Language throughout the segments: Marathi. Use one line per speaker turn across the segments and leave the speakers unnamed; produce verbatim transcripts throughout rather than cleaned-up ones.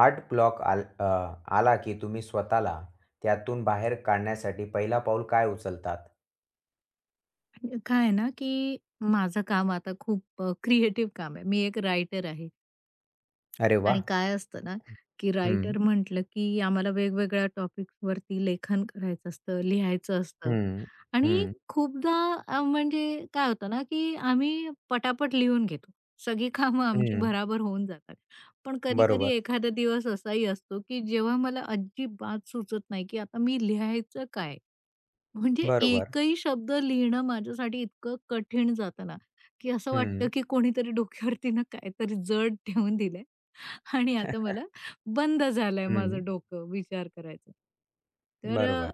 आर्ट ब्लॉक आल अ, आला की तुम्ही स्वतःला त्यातून बाहेर काढण्यासाठी पहिला पाऊल काय उचलतात?
काय आहे ना, की माझं काम आता खूप अ, क्रिएटिव्ह काम आहे. मी एक रायटर आहे
अरे
आणि
वाह!
काय असतं ना, की
हं,
रायटर म्हटलं, की आम्हाला वेगवेगळ्या टॉपिक्सवरती लेखन करायचं असतं, लिहायचं असतं
हं,
आणि
हं,
खूपदा अ, म्हणजे काय होतं ना, की आम्ही पटापट लिहून घेतो. सगळी कामं आमची
हं.
भराभर होऊन जातात. पण कधी-कधी
बरोबर,
एखादा दिवस असाही असतो, की जेव्हा मला अजिबात सुचत नाही, की आता मी लिहायचं काय? म्हणजे
बरोबर.
एकही शब्द लिहिणं माझ्यासाठी इतकं कठीण जातं ना, की असं
हं,
वाटतं की कोणीतरी डोक्यावरती ना काहीतरी जड ठेवून दिलंय आणि आता मला बंद झालंय
हं.
माझं डोकं विचार करायचं. तर अ,
बरोबर.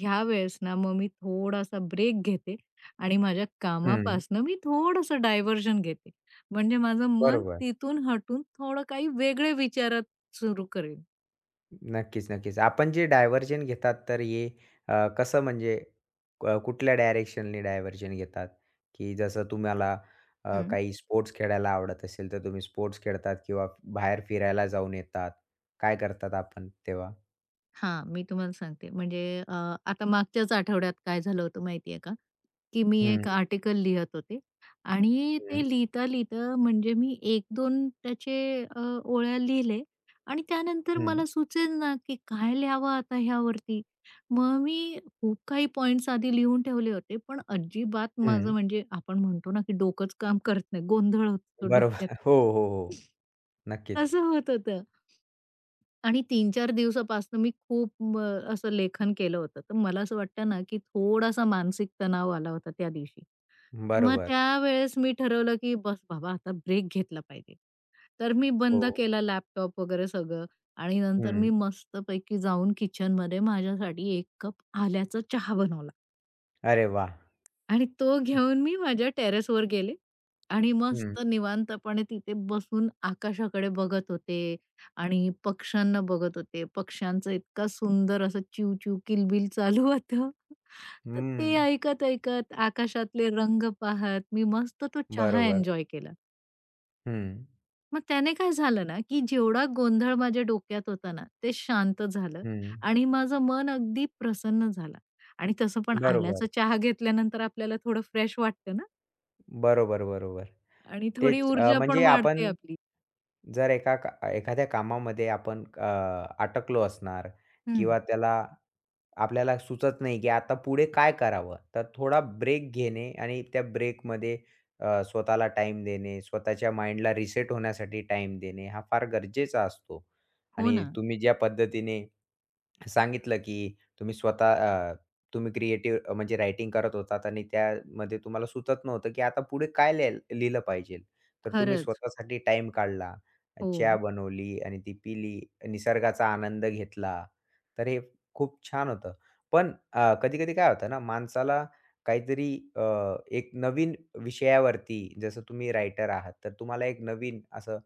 ह्यावेळेस ना मग मी थोडासा ब्रेक घेते आणि माझ्या
हं,
कामापासनं मी थोडंसं डायव्हर्जन घेते. म्हणजे माझं मन
बरोबर.
तिथून हटून थोडं काही वेगळे विचारात सुरू करेल.
नक्कीच, नक्कीच. आपण जे डायव्हर्जन घेतात तर हे अ, कसं म्हणजे अ, कुठल्या डायरेक्शननी डायव्हर्जन घेतात? की जसं तुम्हाला अ, काही स्पोर्ट्स खेळायला आवडत असेल, तर तुम्ही स्पोर्ट्स खेळतात किंवा बाहेर फिरायला जाऊन येतात. काय करतात आपण तेव्हा?
हां, मी तुम्हाला सांगते. म्हणजे अ, आता मागच्याच आठवड्यात काय झालं होतं माहितीये का, की मी
हं,
एक आर्टिकल लिहत होते आणि ते
हं,
लिहिता-लिहिता म्हणजे मी एक दोन त्याचे अ, ओळ्या लिहिले आणि त्यानंतर
हं,
मला सुचेना की काय लिहावं आता ह्यावरती. मग मी खूप काही पॉइंट्स आधी लिहून ठेवले होते, पण अजिबात माझं
हं.
म्हणजे आपण म्हणतो ना, की डोकंच काम करत नाही, गोंधळ होतो
बरोबर.
डोक्यात.
हो, हो, हो. नक्कीच.
तसं होत होतं आणि तीन चार दिवसापासून मी खूप अ, असं लेखन केलं होतं. तर मला असं वाटतं ना, की थोडासा मानसिक तणाव आला होता त्या दिवशी. मग
बरोबर.
त्यावेळेस मी ठरवलं, की बस बाबा आता ब्रेक घेतला पाहिजे. तर मी बंद
हो.
केला लॅपटॉप वगैरे सगळं आणि नंतर
हं.
मी मस्तपैकी जाऊन किचनमध्ये माझ्यासाठी एक कप आल्याचा चहा बनवला.
अरे वाह!
आणि तो घेऊन मी माझ्या टेरेसवर गेले आणि
हं,
मस्त निवांतपणे तिथे बसून आकाशाकडे बघत होते आणि पक्ष्यांना बघत होते. पक्ष्यांचं इतका सुंदर असं चिव-चिव, किलबिल चालू होतं. तर
हं.
ते ऐकत-ऐकत, आकाशातले रंग पाहत मी मस्त तो चहा
बरोबर.
एन्जॉय केला.
हं,
मग त्याने काय झालं ना, की जेवढा गोंधळ माझ्या डोक्यात होता ना, ते शांत झालं
हं.
आणि माझं मन अगदी प्रसन्न झालं आणि तसं पण
बरोबर.
आल्याचा चहा घेतल्यानंतर आपल्याला थोडं फ्रेश वाटतं ना.
बरोबर, बरोबर.
आणि थोडी
तेच. अ,
ऊर्जा पण
म्हणजे आपण
वाढते आपली.
जर एका का एखाद्या कामामध्ये आपण अ, अटकलो असणार
हं.
किंवा त्याला आपल्याला सुचत नाही, की आता पुढे काय करावं? तर थोडा ब्रेक घेणे आणि त्या ब्रेकमध्ये अ, स्वतःला टाइम देणे, स्वतःच्या माइंडला रिसेट होण्यासाठी टाइम देणे हा फार गरजेचा असतो.
हो
आणि
ना,
तुम्ही ज्या पद्धतीने सांगितलं, की तुम्ही स्वतः अ, तुम्ही क्रिएटिव्ह म्हणजे रायटिंग करत होतात आणि त्यामध्ये तुम्हाला सुचत नव्हतं, की आता पुढे काय लिहायला लिहिलं पाहिजे. तर तुम्ही
खरंच.
स्वतःसाठी टाईम काढला.
हो.
चहा बनवली आणि ती पिली, निसर्गाचा आनंद घेतला. तर हे खूप छान होतं. पण कधी-कधी काय होतं ना, माणसाला काहीतरी अ, एक नवीन विषयावरती जसं तुम्ही रायटर आहात, तर तुम्हाला एक नवीन असं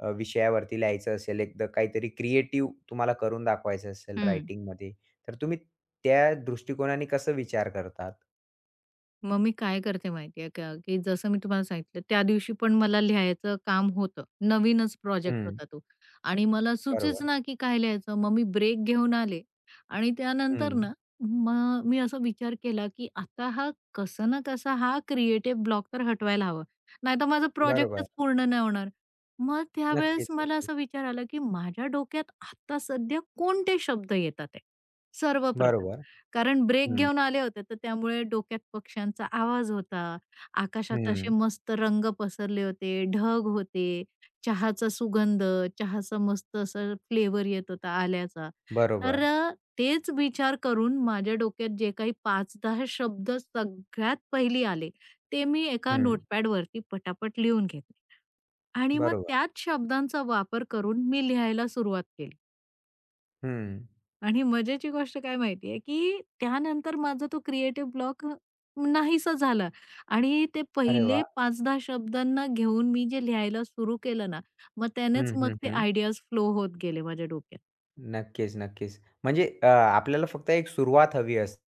अ, विषयावरती लिहायचं असेल, एकदा काहीतरी क्रिएटिव्ह तुम्हाला करून दाखवायचं असेल
हं.
रायटिंगमध्ये, तर तुम्ही त्या दृष्टिकोनाने कसं विचार करतात?
मग मी काय करते माहिती आहे का, की जसं मी तुम्हाला सांगितलं त्या दिवशी पण मला लिहायचं काम होतं. नवीनच प्रोजेक्ट
हं,
होता तो आणि मला सुचेच
बरोबर.
ना, की काय लिहायचं. मग मी ब्रेक घेऊन आले आणि
हं,
त्यानंतर ना, मग मी असा विचार केला, की आता हा कसा ना कसा हा क्रिएटिव्ह ब्लॉक तर हटवायला हवा. नाहीतर माझा
बरोबर.
प्रोजेक्टच पूर्ण नाही होणार. मग त्यावेळेस
नक्कीच,
मला असा
नक्कीच.
विचार आला, की माझ्या डोक्यात आता सध्या कोणते शब्द येतात आहे सर्वप्रथम?
बरोबर.
कारण ब्रेक
हं,
घेऊन आले होते, तर त्यामुळे डोक्यात पक्ष्यांचा आवाज होता. आकाशात असे
हं.
मस्त रंग पसरले होते, ढग होते, चहाचा सुगंध, चहाचा मस्त असा फ्लेवर येत होता आल्याचा. तर
बरोबर.
अ, तेच विचार करून माझ्या डोक्यात जे काही पाच दहा शब्द सगळ्यात पहिली आले, ते मी एका
हं.
नोटपॅडवरती पटापट लिहून घेतले आणि मग
बरोबर.
त्याच शब्दांचा वापर करून मी लिहायला सुरुवात केली.
हं.
आणि मजेची गोष्ट काय माहिती आहे, की त्यानंतर माझा तो क्रिएटिव्ह ब्लॉक अ, नाहीसा झाला आणि ते
अरे
पहिले
वाह!
पाच दहा शब्दांना घेऊन मी जे लिहायला सुरू केलं ना, मग त्यानेच
हं,
मग
हं,
ते
हं.
आयडियाज फ्लो होत गेले माझ्या डोक्यात.
नक्कीच, नक्कीच. म्हणजे अ, आपल्याला फक्त एक सुरुवात हवी असते.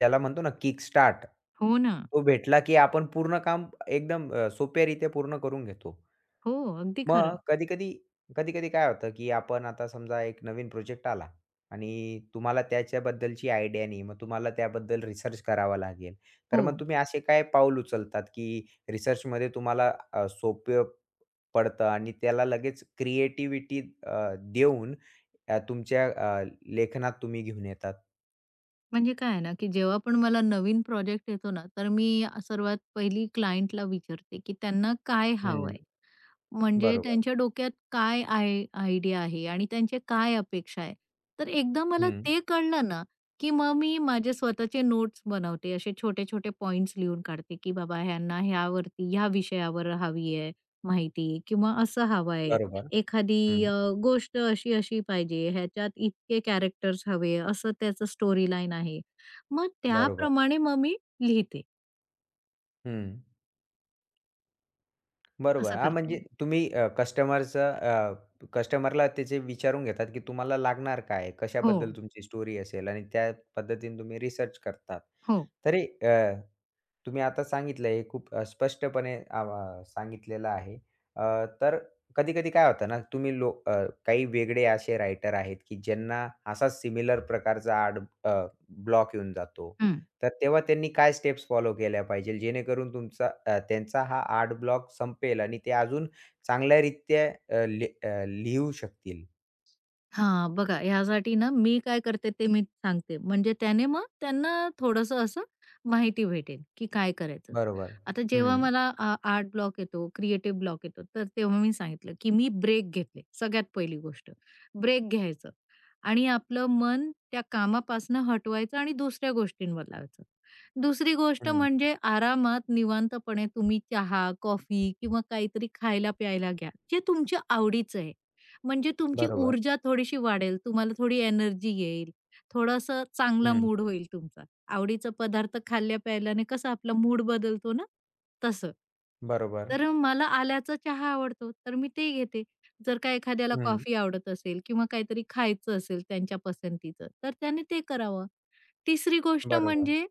त्याला म्हणतो ना किक स्टार्ट.
हो ना.
तो भेटला की आपण पूर्ण काम एकदम अ, सोप्यारीत्या पूर्ण करून घेतो.
हो, अगदी
मग
खरं.
कधी-कधी, कधी-कधी काय होतं की आपण आता समजा एक नवीन प्रोजेक्ट आला आणि तुम्हाला त्याच्याबद्दलची आयडिया नाही. मग तुम्हाला त्याबद्दल रिसर्च करावा लागेल. तर
हो.
मग तुम्ही असे काय पाऊल उचलतात की रिसर्चमध्ये तुम्हाला अ, सोपे पडतं आणि त्याला लगेच क्रिएटिव्हिटी अ, देऊन अ, तुमच्या अ, लेखनात तुम्ही घेऊन येतात.
म्हणजे काय आहे ना, की जेव्हा पण मला नवीन प्रोजेक्ट येतो ना, तर मी सर्वात पहिली क्लायंटला विचारते, की त्यांना काय
हं.
हवंय? म्हणजे
बरोबर.
त्यांच्या डोक्यात काय आय आयडिया आहे आणि त्यांचे काय अपेक्षा आहे. तर एकदा मला
हं.
ते कळलं ना, की मग मी माझे स्वतःचे नोट्स बनवते. असे छोटे-छोटे पॉइंट्स लिहून काढते, की बाबा ह्यांना ह्यावरती ह्या विषयावर हवी आहे माहिती किंवा असं हवं आहे.
बरोबर.
एखादी
हं.
अ, गोष्ट अशी-अशी पाहिजे, ह्याच्यात इतके कॅरेक्टर्स हवे, असं त्याचं स्टोरी लाईन आहे. मग
बरोबर.
त्याप्रमाणे मग मी लिहिते.
हं. बरोबर.
असं
हां,
करते
म्हणजे
मी.
तुम्ही अ, कस्टमरचं अ, कस्टमरला त्याचे विचारून घेतात, की तुम्हाला लागणार काय?
हो,
कशाबद्दल तुमची स्टोरी असेल आणि त्या पद्धतीने तुम्ही रिसर्च करतात.
हो.
तरी अ तुम्ही आता सांगितलं हे खूप अ, स्पष्टपणे आ, सांगितलेलं आहे. अ, तर कधी-कधी काय होतं ना, तुम्ही लो अ, काही वेगळे असे रायटर आहेत, की ज्यांना असा सिमिलर प्रकारचा आर्ट अ, ब्लॉक येऊन जातो.
हं.
तर तेव्हा त्यांनी काय स्टेप्स फॉलो केल्या पाहिजे जेणेकरून तुमचा अ, त्यांचा हा आर्ट ब्लॉक संपेल आणि ते अजून चांगल्यारीत्या अ, लि अ, लिहू शकतील?
हां, बघा ह्यासाठी ना मी काय करते ते मी सांगते. म्हणजे त्याने मग त्यांना थोडंसं असं माहिती भेटेल, की काय करायचं.
बरोबर.
आता जेव्हा
हं,
मला आ आर्ट ब्लॉक येतो, क्रिएटिव्ह ब्लॉक येतो, तर तेव्हा मी सांगितलं, की मी ब्रेक घेतले. सगळ्यात पहिली गोष्ट ब्रेक घ्यायचं आणि आपलं मन त्या कामापासनं हटवायचं आणि दुसऱ्या गोष्टींवर लावायचं. दुसरी गोष्ट
हं.
म्हणजे आरामात निवांतपणे तुम्ही चहा, कॉफी किंवा काहीतरी खायला-प्यायला घ्या, जे तुमच्या आवडीचं आहे. म्हणजे तुमची
बरोबर.
ऊर्जा थोडीशी वाढेल, तुम्हाला थोडी एनर्जी येईल, थोडासा चांगला
हं.
मूड होईल तुमचा. आवडीचा पदार्थ खाल्ल्या-प्यायल्याने कसा आपला मूड बदलतो ना, तसं.
बरोबर.
तर मला आल्याचा चहा आवडतो, तर मी ते घेते. जर का एखाद्याला
हं.
कॉफी आवडत असेल किंवा काहीतरी खायचं असेल त्यांच्या पसंतीचं, तर त्याने ते करावं. तिसरी गोष्ट
बरोबर.
म्हणजे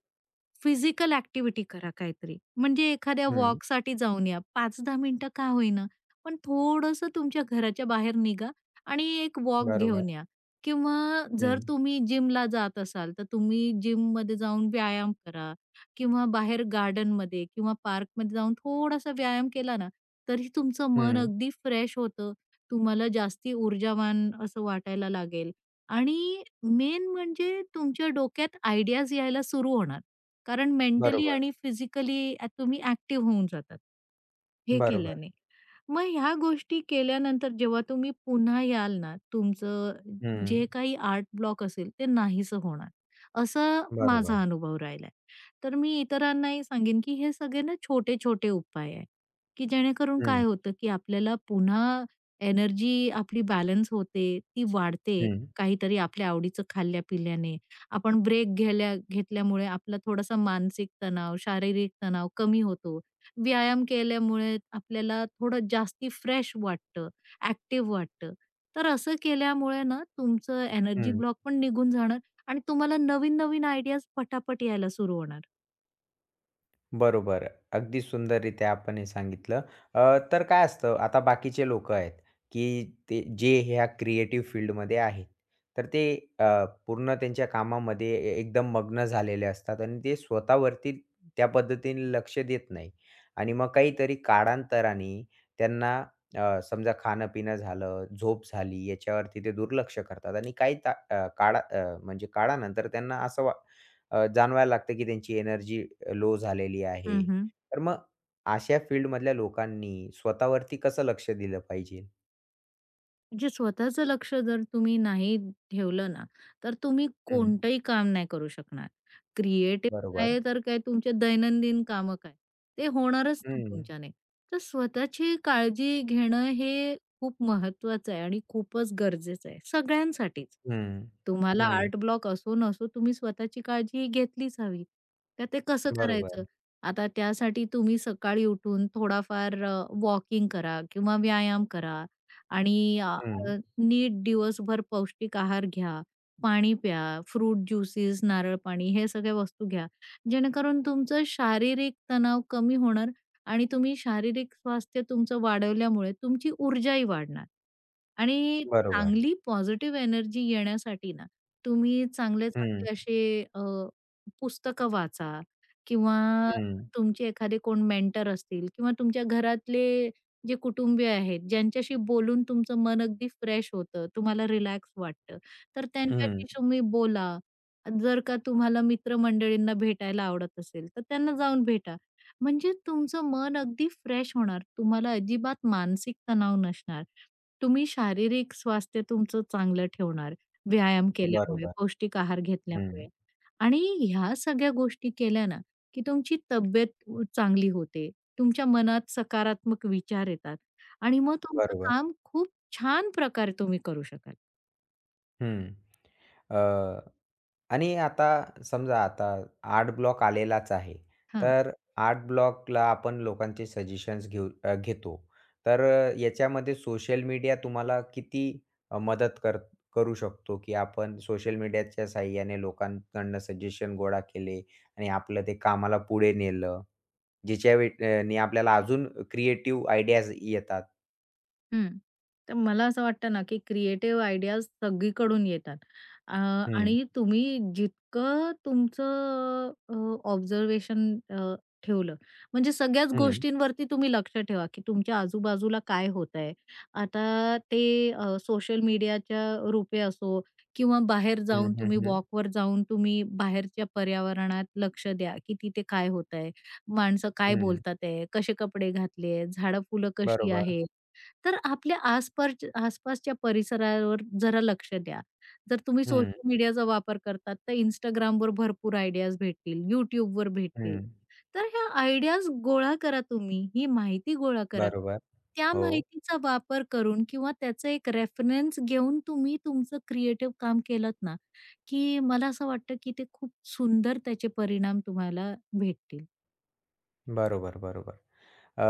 फिजिकल ॲक्टिव्हिटी करा काहीतरी. म्हणजे एखाद्या
हं.
वॉकसाठी जाऊन या. पाच दहा मिनिटं का होईना, पण थोडंसं तुमच्या घराच्या बाहेर निघा आणि एक वॉक
बरोबर.
घेऊन या. किंवा जर
हं.
तुम्ही जिमला जात असाल, तर तुम्ही जिममध्ये जाऊन व्यायाम करा किंवा बाहेर गार्डनमध्ये किंवा पार्कमध्ये जाऊन थोडासा व्यायाम केला ना, तरी तुमचं मन
हं.
अगदी फ्रेश होतं. तुम्हाला जास्ती ऊर्जावान असं वाटायला लागेल आणि मेन म्हणजे तुमच्या डोक्यात आयडियाज यायला सुरू होणार. कारण मेंटली
बरोबर,
आणि फिजिकली अ, तुम्ही ॲक्टिव्ह होऊन जातात, हे
बरोबर.
केल्याने. मग ह्या गोष्टी केल्यानंतर जेव्हा तुम्ही पुन्हा याल ना, तुमचं
हं.
जे काही आर्ट ब्लॉक असेल ते नाहीसं होणार, असा
बरोबर.
माझा अनुभव राहिलाय. तर मी इतरांनाही सांगेन, की हे सगळे ना छोटे-छोटे उपाय आहे, की जेणेकरून
हं,
काय होतं, की आपल्याला पुन्हा एनर्जी आपली बॅलन्स होते, ती वाढते,
हं,
काहीतरी आपल्या आवडीचं खाल्ल्या-पिल्याने. आपण ब्रेक घेल्या घेतल्यामुळे आपला थोडासा मानसिक तणाव, शारीरिक तणाव कमी होतो. व्यायाम केल्यामुळे आपल्याला थोडं जास्ती फ्रेश वाटतं, ॲक्टिव्ह वाटतं. तर असं केल्यामुळे ना तुमचं एनर्जी
हं.
ब्लॉक पण निघून जाणार आणि तुम्हाला नवीन-नवीन आयडियाज पटापट यायला सुरू होणार.
बरोबर. अगदी सुंदररीत्या आपण हे सांगितलं. अ, तर काय असतं आता बाकीचे लोकं आहेत, की ते जे ह्या क्रिएटिव्ह फील्डमध्ये आहेत. तर ते अ, पूर्ण त्यांच्या कामामध्ये ए एकदम मग्न झालेले असतात आणि ते स्वतःवरती त्या पद्धतीने लक्ष देत नाही. आणि मग काहीतरी काळांतराने त्यांना अ, समजा खाणं-पिणं झालं, झोप झाली याच्यावरती ते दुर्लक्ष करतात आणि काही ता अ, काळा अ, म्हणजे काळानंतर त्यांना असं वा अ, जाणवायला लागतं की त्यांची एनर्जी लो झालेली आहे.
हं,
तर मग अशा फील्डमधल्या लोकांनी स्वतःवरती कसं लक्ष दिलं पाहिजे?
म्हणजे स्वतःचं लक्ष जर तुम्ही नाही ठेवलं ना, तर तुम्ही
हं,
कोणतंही काम नाही करू शकणार. क्रिएटिव्ह
बरोबर.
आहे तर काय तुमचे दैनंदिन कामं काय, ते होणारच नाही
हं,
तुमच्याने. तर स्वतःची काळजी घेणं हे खूप महत्वाचं आहे आणि खूपच गरजेचं आहे सगळ्यांसाठीच.
हं,
तुम्हाला
हं.
आर्ट ब्लॉक असो नसो तुम्ही स्वतःची काळजी ही घेतलीच हवी. तर ते कसं करायचं?
बरोबर.
आता त्यासाठी तुम्ही सकाळी उठून थोडाफार अ, वॉकिंग करा किंवा व्यायाम करा आणि अ,
हं,
अ, नीट दिवसभर पौष्टिक आहार घ्या, पाणी प्या, फ्रूट ज्युसेस, नारळ पाणी हे सगळ्या वस्तू घ्या. जेणेकरून तुमचं शारीरिक तणाव कमी होणार आणि तुम्ही शारीरिक स्वास्थ्य तुमचं वाढवल्यामुळे तुमची ऊर्जाही वाढणार. आणि
बरोबर.
चांगली पॉझिटिव्ह एनर्जी येण्यासाठी ना, तुम्ही
हं,
चांगले-चांगले असे अ, पुस्तकं वाचा किंवा
हं,
तुमचे एखादे कोण मेंटर असतील किंवा तुमच्या घरातले जे कुटुंबीय आहेत, ज्यांच्याशी बोलून तुमचं मन अगदी फ्रेश होतं, तुम्हाला रिलॅक्स वाटतं, तर
हं.
त्यांच्याशी तुम्ही बोला. जर का तुम्हाला मित्रमंडळींना भेटायला आवडत असेल, तर त्यांना जाऊन भेटा. म्हणजे तुमचं मन अगदी फ्रेश होणार. तुम्हाला अजिबात मानसिक तणाव नसणार. तुम्ही शारीरिक स्वास्थ्य तुमचं चांगलं ठेवणार व्यायाम केल्यामुळे,
बरोबर.
पौष्टिक आहार
हं,
घेतल्यामुळे. आणि ह्या सगळ्या गोष्टी केल्या ना, की तुमची तब्येत उ चांगली होते. तुमच्या मनात सकारात्मक विचार येतात आणि मग तुमचं
बरोबर.
काम खूप छान प्रकारे तुम्ही करू शकाल.
हं. अ आणि आता समजा आता आर्ट ब्लॉक आलेलाच आहे.
हां.
तर आर्ट ब्लॉकला आपण लोकांचे सजेशन्स घेऊ अ, घेतो. तर अ, याच्यामध्ये सोशल मीडिया तुम्हाला किती अ, मदत कर करू शकतो, की आपण सोशल मीडियाच्या सहाय्याने लोकांकडनं सजेशन गोळा केले आणि आपलं ते कामाला पुढे नेलं. ज्याच्या वे अ, नी आपल्याला अजून क्रिएटिव्ह आयडियाज येतात.
हं. तर मला असं वाटतं ना, की क्रिएटिव्ह आयडियाज सगळीकडून येतात. अ,
हं,
आणि तुम्ही जितकं तुमचं अ, ऑब्झर्वेशन अ, ठेवलं, म्हणजे सगळ्याच
हं,
गोष्टींवरती तुम्ही लक्ष ठेवा, की तुमच्या आजूबाजूला काय होतंय. आता ते सोशल मीडियाच्या रूपे असो किंवा बाहेर
हं,
जाऊन
हं,
तुम्ही
हं,
वॉकवर जाऊन तुम्ही बाहेरच्या पर्यावरणात लक्ष द्या, की तिथे काय होतंय, माणसं काय
हं.
बोलतात आहे, कसे कपडे घातले झाडं-फुलं कशी
बरोबर.
आहेत. तर आपल्या आसपास आसपासच्या परिसरावर जरा लक्ष द्या. जर तुम्ही
हं,
सोशल मीडियाचा वापर करतात, तर Instagramवर भरपूर आयडियाज भेटतील, YouTubeवर भेटतील.
हं.
तर ह्या आयडियाज गोळा करा तुम्ही, ही माहिती गोळा करा.
बरोबर.
त्या
हो.
माहितीचा वापर करून किंवा त्याचा एक रेफरन्स घेऊन तुम्ही तुमचं क्रिएटिव्ह काम केलत ना, की मला असं वाटतं, की ते खूप सुंदर त्याचे परिणाम तुम्हाला भेटतील.
बरोबर, बरोबर. अ,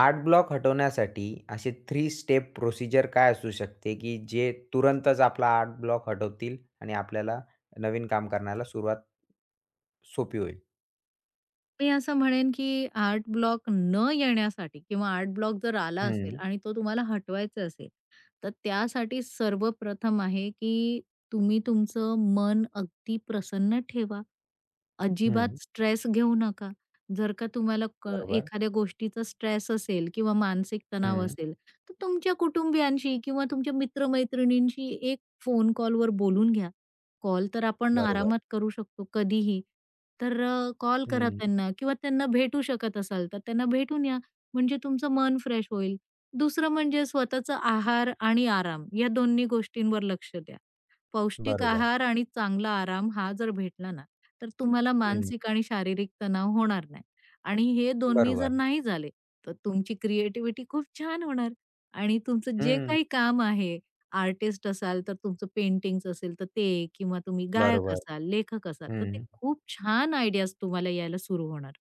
आर्ट ब्लॉक हटवण्यासाठी असे तीन स्टेप प्रोसिजर काय असू शकते, की जे तुरंतच आपला आर्ट ब्लॉक हटवतील आणि आपल्याला नवीन काम करण्याला सुरुवात सोपी होईल?
मी असं म्हणेन, की आर्ट ब्लॉक न येण्यासाठी किंवा आर्ट ब्लॉक जर आला असेल
हं,
आणि तो तुम्हाला हटवायचा असेल, तर त्यासाठी सर्वप्रथम आहे, की तुम्ही तुमचं मन अगदी प्रसन्न ठेवा. अजिबात
हं.
स्ट्रेस घेऊ नका. जर का तुम्हाला क
बरोबर.
एखाद्या गोष्टीचा स्ट्रेस असेल किंवा मानसिक तणाव
हं.
असेल, तर तुमच्या कुटुंबियांशी किंवा तुमच्या मित्र-मैत्रिणींशी एक फोन कॉलवर बोलून घ्या. कॉल तर आपण
बरोबर.
आरामात करू शकतो कधीही. तर अ, कॉल करा
हं.
त्यांना किंवा त्यांना भेटू शकत असाल, तर त्यांना भेटून या. म्हणजे तुमचं मन फ्रेश होईल. दुसरं म्हणजे स्वतःचा आहार आणि आराम या दोन्ही गोष्टींवर लक्ष द्या. पौष्टिक
बरोबर.
आहार आणि चांगला आराम हा जर भेटला ना, तर तुम्हाला
हं.
मानसिक आणि शारीरिक तणाव होणार नाही आणि हे दोन्ही जर
बरोबर.
नाही झाले, तर तुमची क्रिएटिव्हिटी खूप छान होणार आणि तुमचं जे
हं.
काही काम आहे, आर्टिस्ट असाल तर तुमचं पेंटिंग्ज असेल तर ते किंवा तुम्ही गायक
बरोबर.
असाल, लेखक असाल, तर ते
हं.
खूप छान आयडियाज तुम्हाला यायला सुरू होणार.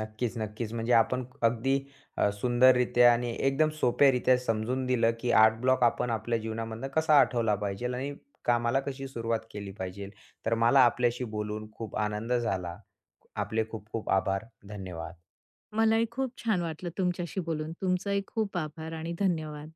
नक्कीच, नक्कीच. म्हणजे आपण अगदी अ, सुंदररीत्या आणि एकदम सोप्यारीत्या समजून दिलं, की आर्ट ब्लॉक आपण आपल्या जीवनामधनं कसा हटवला पाहिजेल आणि कामाला कशी सुरुवात केली पाहिजेल. तर मला आपल्याशी बोलून खूप आनंद झाला. आपले खूप खूप आभार. धन्यवाद.
मलाही खूप छान वाटलं तुमच्याशी बोलून. तुमचाही खूप आभार आणि धन्यवाद.